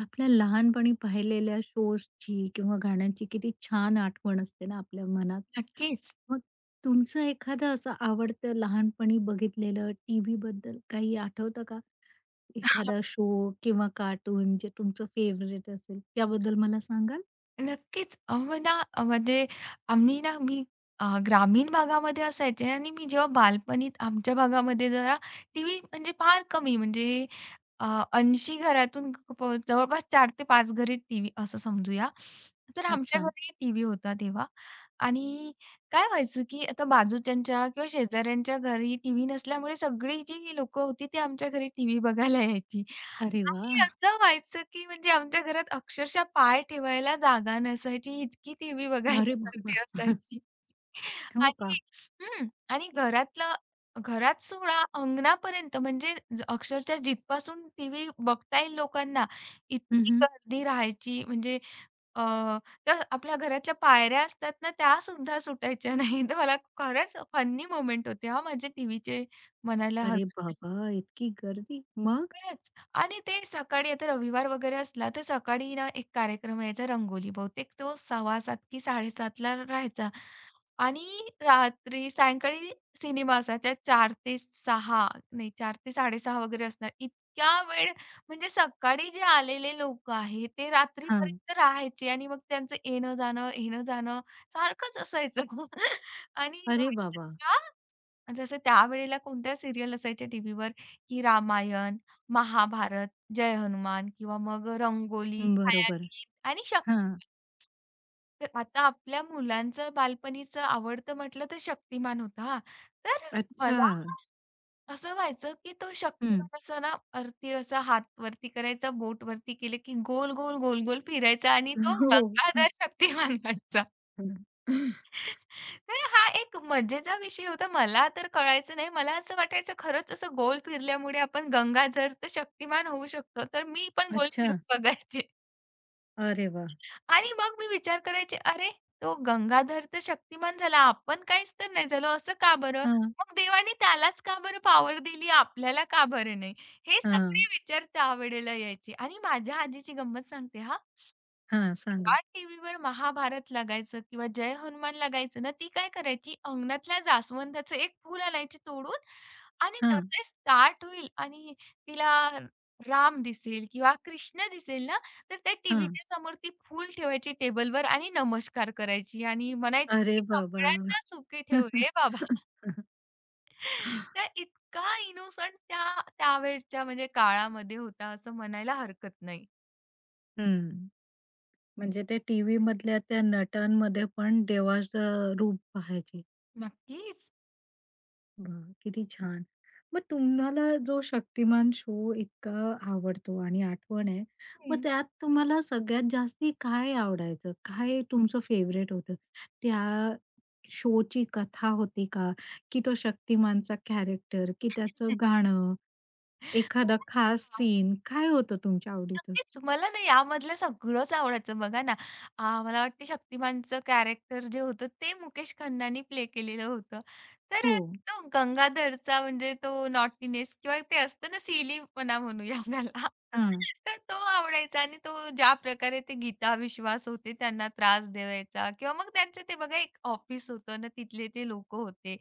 आपल्या लहानपणी पाहिलेल्या शोजची किंवा गाण्यांची किती छान आठवण असते ना आपल्या मनात. नक्कीच. मग तुमचं एखादं असं आवडतं लहानपणी बघितलेलं टीव्हीबद्दल काही आठवतं का? एखादा शो किंवा कार्टून जे तुमचं फेव्हरेट असेल त्याबद्दल मला सांगाल? नक्कीच. अहो ना, अ, म्हणजे आम्ही ना मी अ, ग्रामीण भागामध्ये असायचे आणि मी जेव्हा बालपणीत आमच्या भागामध्ये जरा टीव्ही म्हणजे फार कमी म्हणजे अ, 80 घरातून प जवळपास 4 ते 5 घरी टीव्ही असं समजूया. तर आमच्या अच्छा. घरी टीव्ही होता तेव्हा. आणि काय व्हायचं, की आता बाजूच्यांच्या किंवा शेजाऱ्यांच्या घरी टीव्ही नसल्यामुळे सगळी जी लोकं होती ती आमच्या घरी टीव्ही बघायला यायची. अरे आणि वाह! असं व्हायचं, की म्हणजे आमच्या घरात अक्षरशः पाय ठेवायला जागा नसायची, इतकी टीव्ही बघायला अरे बाबा! गर्दी असायची. हो का? आणि हं. आणि घरात सोडा अंगणापर्यंत म्हणजे अक्षरशः जिथपासून टीव्ही बघता येईल लोकांना, हं, इतकी हं. गर्दी राहायची. अ, तर आपल्या घरातल्या पायऱ्या असतात ना, त्यासुद्धा सुटायच्या नाहीत. मला खरंच फन्नी मोमेंट होते हां, माझे टीव्हीचे म्हणायला अरे हरकत नाही. बाबा! इतकी गर्दी. मग? खरंच. आणि ते सकाळी आता रविवार वगैरे असला, तर सकाळी ना एक कार्यक्रम यायचा रंगोली. बहुतेक तो 6:15 की 7:30ला राहायचा. आणि रात्री सायंकाळी सिनेमा असायचा 4 ते 6 नाही 4 ते 6:30 वगैरे असणार. इतक्या वेळ म्हणजे सकाळी जे आलेले लोकं आहेत, ते हां. रात्रीपर्यंत राहायचे आणि मग त्यांचं येणं-जाणं, येणं-जाणं सारखंच असायचं. आणि अरे व्हायचं बाबा! का जसं त्यावेळेला कोणत्या सीरियल असायच्या टीव्हीवर, की रामायण, महाभारत, जय हनुमान किंवा मग रंगोली, बरोबर. छायागीत आणि शक्तिमान. हां. तर आता आपल्या मुलांचं बालपणीचं आवडतं म्हटलं तर शक्तिमान होतं हां. तर अच्छा. मला असं व्हायचं, की तो हं. शक्तिमान असा ना, वरती असा हात वरती करायचा, बोट वरती केलं की गोल, गोल, गोल, गोल फिरायचा आणि तो हो. गंगाधर शक्तिमान व्हायचा. हं. तर हा एक मजेचा विषय होता. मला तर कळायचं नाही. मला असं वाटायचं खरंच असं गोल फिरल्यामुळे आपण गंगाधर तर शक्तिमान होऊ शकतो. तर मी पण गोल अच्छा. फिरून बघायचे अरे वाह! आणि मग मी विचार करायचे, "अरे, तो गंगाधर तर शक्तिमान झाला. आपण काहीच तर नाही झालो. असं का बरं? हां, मग देवाने त्यालाच का बरं पॉवर दिली? आपल्याला का बरं नाही?" हे सगळे हां, विचार त्यावेळेला यायचे आणि माझ्या आजीची गंमत सांगते हां. हां. सांगा. जेव्हा टीव्हीवर महाभारत लागायचं किंवा जय हनुमान लागायचं ना, ती काय करायची अंगणातल्या जास्वंदाचं एक फूल आणायची तोडून आणि हां, तसे स्टार्ट होईल आणि तिला राम दिसेल किंवा कृष्ण दिसेल ना, तर त्या हां. टीव्हीच्या समोर ती फूल ठेवायची टेबलवर आणि नमस्कार करायची आणि म्हणायची, अरे की बाबा! "सगळ्यांना सुखी ठेव रे बाबा." तर इतका इनोसंट त्या त्यावेळच्या म्हणजे काळामध्ये होता असं म्हणायला हरकत नाही. हं. म्हणजे ते टीव्हीमधल्या त्या नटांमध्ये पण देवाचं रूप पाहायचे. नक्कीच. वाह! किती छान. मग तुम्हाला जो शक्तिमान शो इतका आवडतो आणि आठवण आहे, मग हं. त्यात तुम्हाला सगळ्यात जास्ती काय आवडायचं? काय तुमचं फेव्हरेट होतं? त्या शोची कथा होती का? की तो शक्तिमानचा कॅरेक्टर, की त्याचं गाणं, एखादा खास मला सीन, काय होतं तुमच्या आवडीचं? नक्कीच. मला ना यामधलं सगळंच आवडायचं. बघा ना, मला वाटतं शक्तिमानचं कॅरेक्टर जे होतं ते मुकेश खन्नानी प्ले केलेलं होतं. तर हो. अ, तो गंगाधरचा म्हणजे तो नॉटीनेस किंवा ते असतं ना सिलीपणा म्हणूया त्याला. हां. तर तो आवडायचा आणि तो ज्या प्रकारे ते गीता विश्वास होते त्यांना त्रास द्यायचा किंवा मग त्यांचं ते बघा एक ऑफिस होतं ना तिथले ते लोकं होते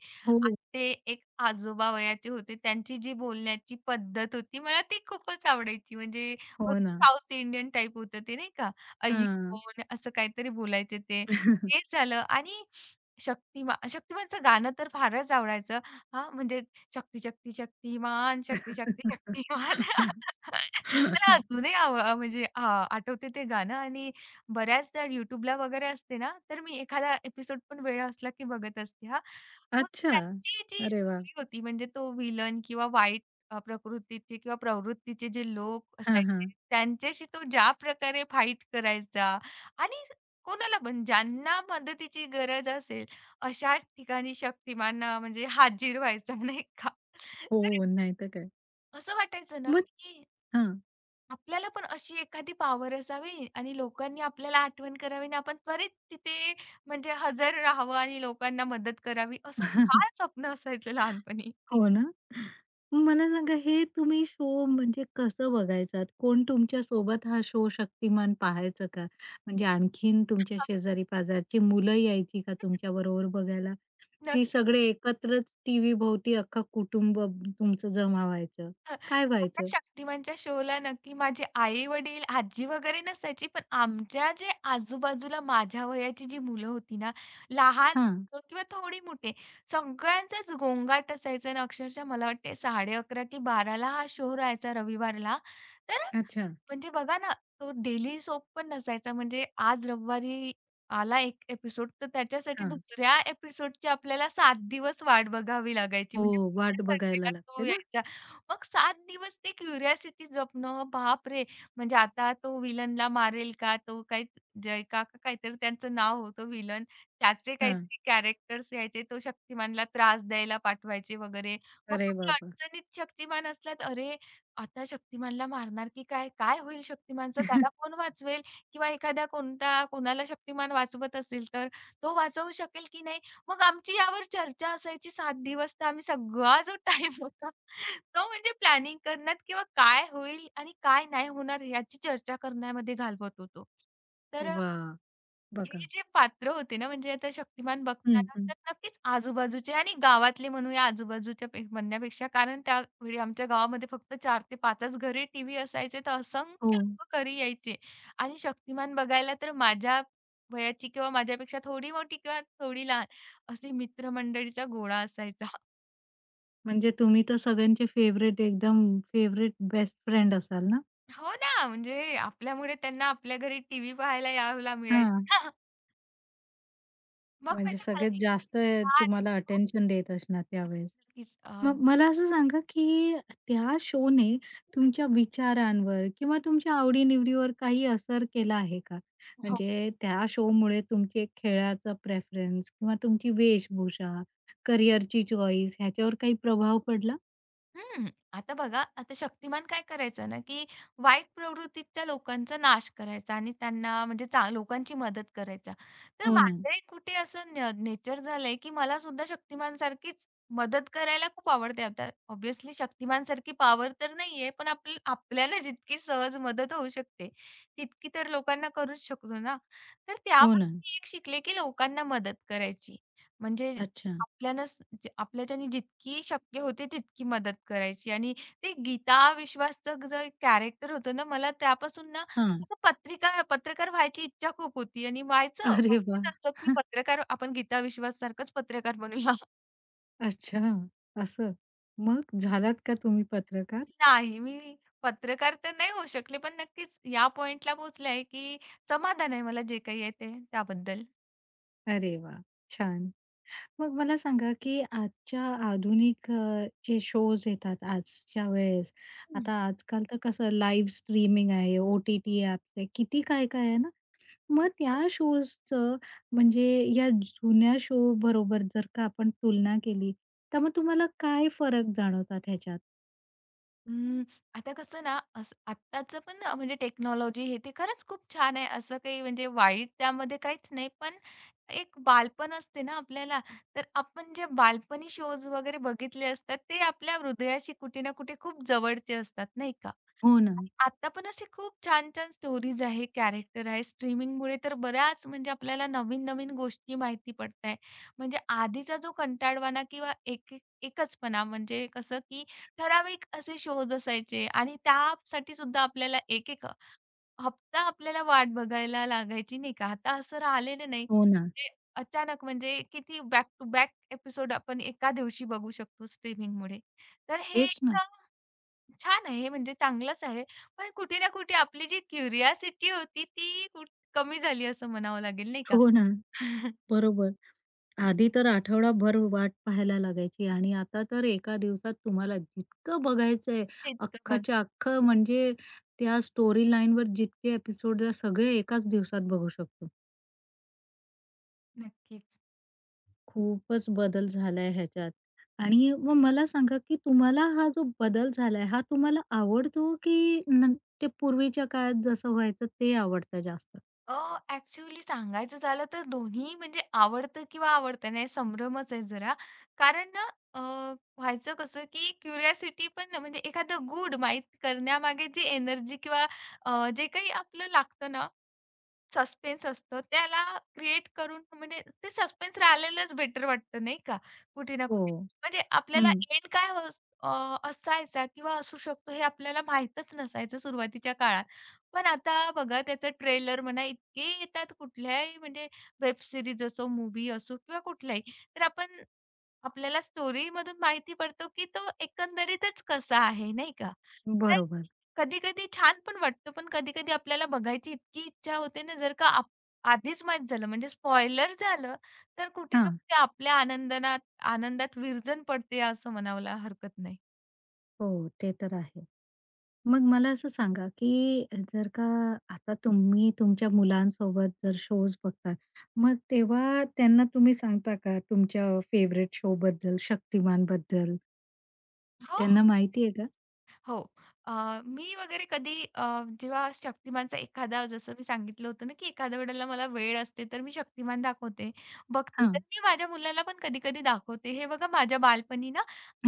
आणि हो, ते एक आजोबा वयाचे होते. त्यांची जी बोलण्याची पद्धत होती मला ती खूपच आवडायची. म्हणजे हो, हो ते ना. साउथ इंडियन टाइप होतं ते नाही का? हां. अय्युबोन असं काहीतरी बोलायचे ते. तेच झालं आणि शक्तिमानचं गाणं तर फारच आवडायचं. हां, म्हणजे शक्ती, शक्ती, शक्तिमान, शक्ती, शक्ती, शक्तिमान. मला अजूनही आव अ, म्हणजे आ आठवते ते गाणं आणि बऱ्याचदा YouTubeला वगैरे असते ना, तर मी एखादा एपिसोड पण वेळ असला की बघत असते हां. मग अच्छा. त्याची जी अरे वाह! स्टोरी होती म्हणजे तो व्हिलन किंवा वाईट प्रकृतीचे किंवा प्रवृत्तीचे जे लोक हां, हां. असायचे, त्यांच्याशी तो ज्या प्रकारे फाईट करायचा आणि कोणाला पण ज्यांना मदतीची गरज असेल, अशा ठिकाणी शक्तिमान म्हणजे हाजीर व्हायचा नाही का? तर हो, नाही तर काय. असं वाटायचं ना, मग की हां. आपल्याला पण अशी एखादी पॉवर असावी आणि लोकांनी आपल्याला आठवण करावी आणि आपण त्वरित तिथे म्हणजे हजर राहावं आणि लोकांना मदत करावी, असं फार स्वप्न असायचं लहानपणी. हो ना. मग मला सांगा हे तुम्ही शो म्हणजे कसं बघायचात? कोण तुमच्या सोबत हा शो शक्तिमान पाहायचं का? म्हणजे आणखीन तुमच्या शेजारी-पाजारची मुलं यायची का तुमच्याबरोबर बघायला? की सगळे एकत्रच टीव्हीभोवती अख्खं कुटुंब तुमचं जमा व्हायचं? हं. काय आता व्हायचं? शक्तिमानच्या शोला नक्की माझे आई-वडील, आजी वगैरे नसायची. पण आमच्या जे आजूबाजूला माझ्या वयाची जी मुलं होती ना, लहान हां. असो किंवा थोडी मोठे, सगळ्यांचाच गोंगाट असायचा आणि अक्षरशः मला वाटते साडे अकरा की बाराला हा शो राहायचा रविवारला. तर अच्छा. म्हणजे बघा ना, तो डेली सोप पण नसायचा. म्हणजे आज रविवारी आला एक एपिसोड, तर त्याच्यासाठी हां. दुसऱ्या एपिसोडची आपल्याला 7 दिवस वाट बघावी लागायची. हो, म्हणजे वाट पुढच्या संडेला बघायला तो लागते ना? यायचा. मग 7 दिवस ते क्युरिओसिटी जपणं, बापरे! म्हणजे आता तो विलनला मारेल का? तो काही जयका का काहीतरी त्यांचं नाव होतं विलन. त्याचे हां. काहीतरी कॅरेक्टर्स यायचे. तो शक्तिमानला त्रास द्यायला पाठवायचे वगैरे. मग अरे कधी बाबा! अडचणीत शक्तिमान असला, तर अरे आता शक्तिमानला मारणार की काय? काय होईल शक्तिमानचं? त्याला कोण वाचवेल? किंवा एखादा कोणता कोणाला शक्तिमान वाचवत असेल तर तो वाचवू शकेल की नाही? मग आमची यावर चर्चा असायची 7 दिवस. तर आम्ही सगळा जो टाईम होता तो म्हणजे प्लॅनिंग करण्यात किंवा काय होईल आणि काय नाही होणार याची चर्चा करण्यामध्ये घालवत होतो. तर वाह! हे बघा. जे पात्र होते ना, म्हणजे आता शक्तिमान हं. बघताना हं. तर नक्कीच आजूबाजूचे आणि गावातले म्हणूया आजूबाजूच्या म्हणण्यापेक्षा कारण त्यावेळी आमच्या गावामध्ये फक्त 4 ते 5 च टीव्ही असायचे, तर हो. असंख्य लोकं घरी यायचे आणि शक्तिमान बघायला तर माझ्या वयाची किंवा माझ्यापेक्षा थोडी मोठी किंवा थोडी लहान अशी मित्रमंडळीचा गोळा असायचा. म्हणजे तुम्ही तर सगळ्यांचे फेवरेट एकदम फेवरेट बेस्ट फ्रेंड असाल ना? हो ना, म्हणजे आपल्यामुळे त्यांना आपल्या घरी टीव्ही पाहायला यायला मिळायचं. हां. मग म्हणजे म्हणजे मला सगळ्यात जास्त इतका तुम्हाला आनंद अटेन्शन देत असणार त्यावेळेस. नक्कीच. मग मला असं सांगा, की त्या शोने तुमच्या विचारांवर किंवा तुमच्या आवडी-निवडीवर काही असर केला आहे का? अ, म्हणजे त्या शोमुळे तुमचे खेळाचा प्रेफरन्स किंवा तुमची वेशभूषा, करिअरची चॉईस ह्याच्यावर काही प्रभाव पडला? हं. आता बघा, आता शक्तिमान काय करायचा ना, की वाईट प्रवृत्तीच्या लोकांचा नाश करायचा आणि त्यांना म्हणजे लोकांची मदत करायचा. तर हो ना, माझंही कुठे असं नेचर झालंय, की मला सुद्धा शक्तिमानसारखीच मदत करायला खूप आवडते. आता ऑब्व्हियसली शक्तिमानसारखी पॉवर तर नाहीये, पण आपल्याला जितकी सहज मदत होऊ शकते, तितकी तर लोकांना करूच शकतो ना. तर हो ना. त्यापासून मी एक शिकले, की लोकांना मदत करायची. म्हणजे अच्छा. आपल्यालाच जे आपल्याच्याने जितकी शक्य होते तितकी मदत करायची आणि ते गीता विश्वासचं जे कॅरेक्टर होतं ना, मला त्यापासून ना हां. असं पत्रकार व्हायची इच्छा खूप होती आणि व्हायचं अरे वाह! व्हायचं असं की पत्रकार आपण गीता विश्वास सारखंच पत्रकार बनूया. अच्छा, असं. मग झालात का तुम्ही पत्रकार? नाही, मी पत्रकार तर नाही होऊ शकले, पण नक्कीच या पॉइंटला पोहोचले आहे की समाधान आहे मला जे काही आहे ते त्याबद्दल. अरे वा, छान. मग मला सांगा, की आजच्या आधुनिक जे शोज येतात आजच्या वेळेस, आता आजकाल तर कसं लाईव्ह स्ट्रीमिंग आहे, OTT ॲप्स आहे, किती काय-काय आहे ना. मग त्या हम्म. शोजचं म्हणजे या जुन्या शो बरोबर जर का आपण तुलना केली, तर मग तुम्हाला काय फरक जाणवतात ह्याच्यात? हम्म, आता कसं ना, असं आत्ताचं पण म्हणजे टेक्नॉलॉजी हे ते खरंच खूप छान आहे. असं काही म्हणजे वाईट त्यामध्ये काहीच नाही. पण एक बालपण असते ना आपल्याला, तर आपण जे बालपणी शोज वगैरे बघितले असतात, ते आपल्या हृदयाशी कुठे ना कुठे खूप जवळचे असतात, नाही का? हो ना, आणि आता पण असे खूप छान-छान स्टोरीज आहे, कॅरेक्टर आहे. स्ट्रीमिंगमुळे तर बऱ्याच म्हणजे आपल्याला नवीन-नवीन गोष्टी माहिती पडताय. म्हणजे आधीचा जो कंटाळवाणा किंवा एक एक एकचपणा म्हणजे कसं, की ठराविक असे शोज असायचे आणि त्यासाठी सुद्धा एक-एक हप्ता आपल्याला वाट बघायला लागायची नाही का. आता असं राहिलेलं नाही. हो ना. ते अचानक म्हणजे किती बॅक टू बॅक एपिसोड आपण एका दिवशी बघू शकतो स्ट्रीमिंगमुळे. तर हे तेच एक ना. छान आहे, म्हणजे चांगलंच आहे. पण कुठे ना कुठे आपली जी क्युरिओसिटी होती ती कमी झाली असं म्हणावं लागेल नाही का? हो ना, बरोबर. आधी तर आठवडाभर वाट पाहायला लागायची आणि आता तर एका दिवसात तुम्हाला जितकं बघायचंय, तेच तर बघा. अख्खच्या अख्खं म्हणजे त्या स्टोरी लाईनवर जितके एपिसोड आहे सगळे एकाच दिवसात बघू शकतो. नक्कीच. खूपच बदल झालाय ह्याच्यात. आणि मग मला सांगा, की तुम्हाला हा जो बदल झालाय, हा तुम्हाला आवडतो की न ते पूर्वीच्या काळात जसं व्हायचं ते आवडतं जास्त? अ, ॲक्चुअली सांगायचं झालं तर दोन्ही म्हणजे आवडतं किंवा आवडतं नाही संभ्रमच आहे जरा. कारण ना अ, व्हायचं कसं की क्युरिओसिटी पण ना, म्हणजे एखादं गूढ माहीत करण्यामागे जी एनर्जी किंवा जे काही आपलं लागतं ना सस्पेन्स असतो त्याला क्रिएट करून म्हणजे ते सस्पेन्स राहिलेलंच बेटर वाटतं नाही का? कुठे ना कुठे. हो. म्हणजे आपल्याला हं, एंड काय हो अ, असायचा किंवा असू शकतो हे आपल्याला माहीतच नसायचं सुरुवातीच्या काळात. पण आता बघा त्याचं ट्रेलर म्हणा इतके येतात कुठल्याही म्हणजे वेब सीरीज असो, मूव्ही असो किंवा कुठलाही. तर आपल्याला स्टोरीमधून माहिती पडतो, की तो एकंदरीतच कसा आहे, नाही का? तर बरोबर. कधी-कधी छान पण वाटतो, पण कधी-कधी आपल्याला बघायची इतकी इच्छा होते ना, जर का आप आधीच माहीत झालं म्हणजे स्पॉइलर झालं, तर कुठे ना हां. कुठे आपल्या आनंदात विरजण पडते असं म्हणायला हरकत नाही. हो, ते तर आहे. मग मला असं सांगा, की जर का आता तुम्ही तुमच्या मुलांसोबत जर शोज बघता, मग तेव्हा त्यांना तुम्ही सांगता का तुमच्या फेव्हरेट शोबद्दल, शक्तिमानबद्दल? हो. त्यांना माहिती आहे का? हो. मी वगैरे जेव्हा शक्तिमानचा एखादा जसं मी सांगितलं होतं ना, की एखाद्या वेळेला मला वेळ असते, तर मी शक्तिमान दाखवते, बघते. तर हां. मी माझ्या मुलाला पण कधी-कधी दाखवते. हे बघा माझ्या बालपणी ना,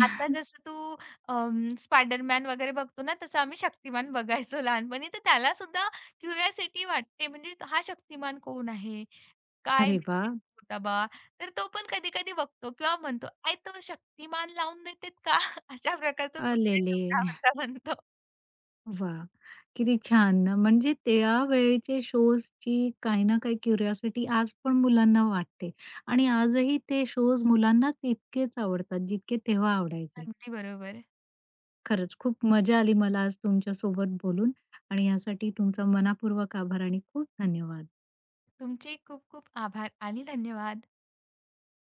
आता जसं तू स्पायडरमॅन वगैरे बघतो ना, तसं आम्ही शक्तिमान बघायचो लहानपणी. तर त्याला सुद्धा क्युरिओसिटी वाटते, म्हणजे हा शक्तिमान कोण आहे? काय अरे म्हणजे वाह! होता बा? तर तो पण कधी-कधी बघतो किंवा म्हणतो, "आई तो शक्तिमान लावून देतात का?" अशा प्रकारचं तुमच्या आलेले. शब्दांत म्हणतो. वाह! किती छान ना. म्हणजे त्यावेळेचे शोजची काही ना काही क्युरिओसिटी आज पण मुलांना वाटते आणि आजही ते शोज मुलांना तितकेच आवडतात, जितके तेव्हा आवडायचे. अगदी बरोबर. खरंच खूप मजा आली मला आज तुमच्यासोबत बोलून आणि यासाठी तुमचा मनापूर्वक आभार आणि खूप धन्यवाद. तुमचे खूप खूप आभार आणि धन्यवाद.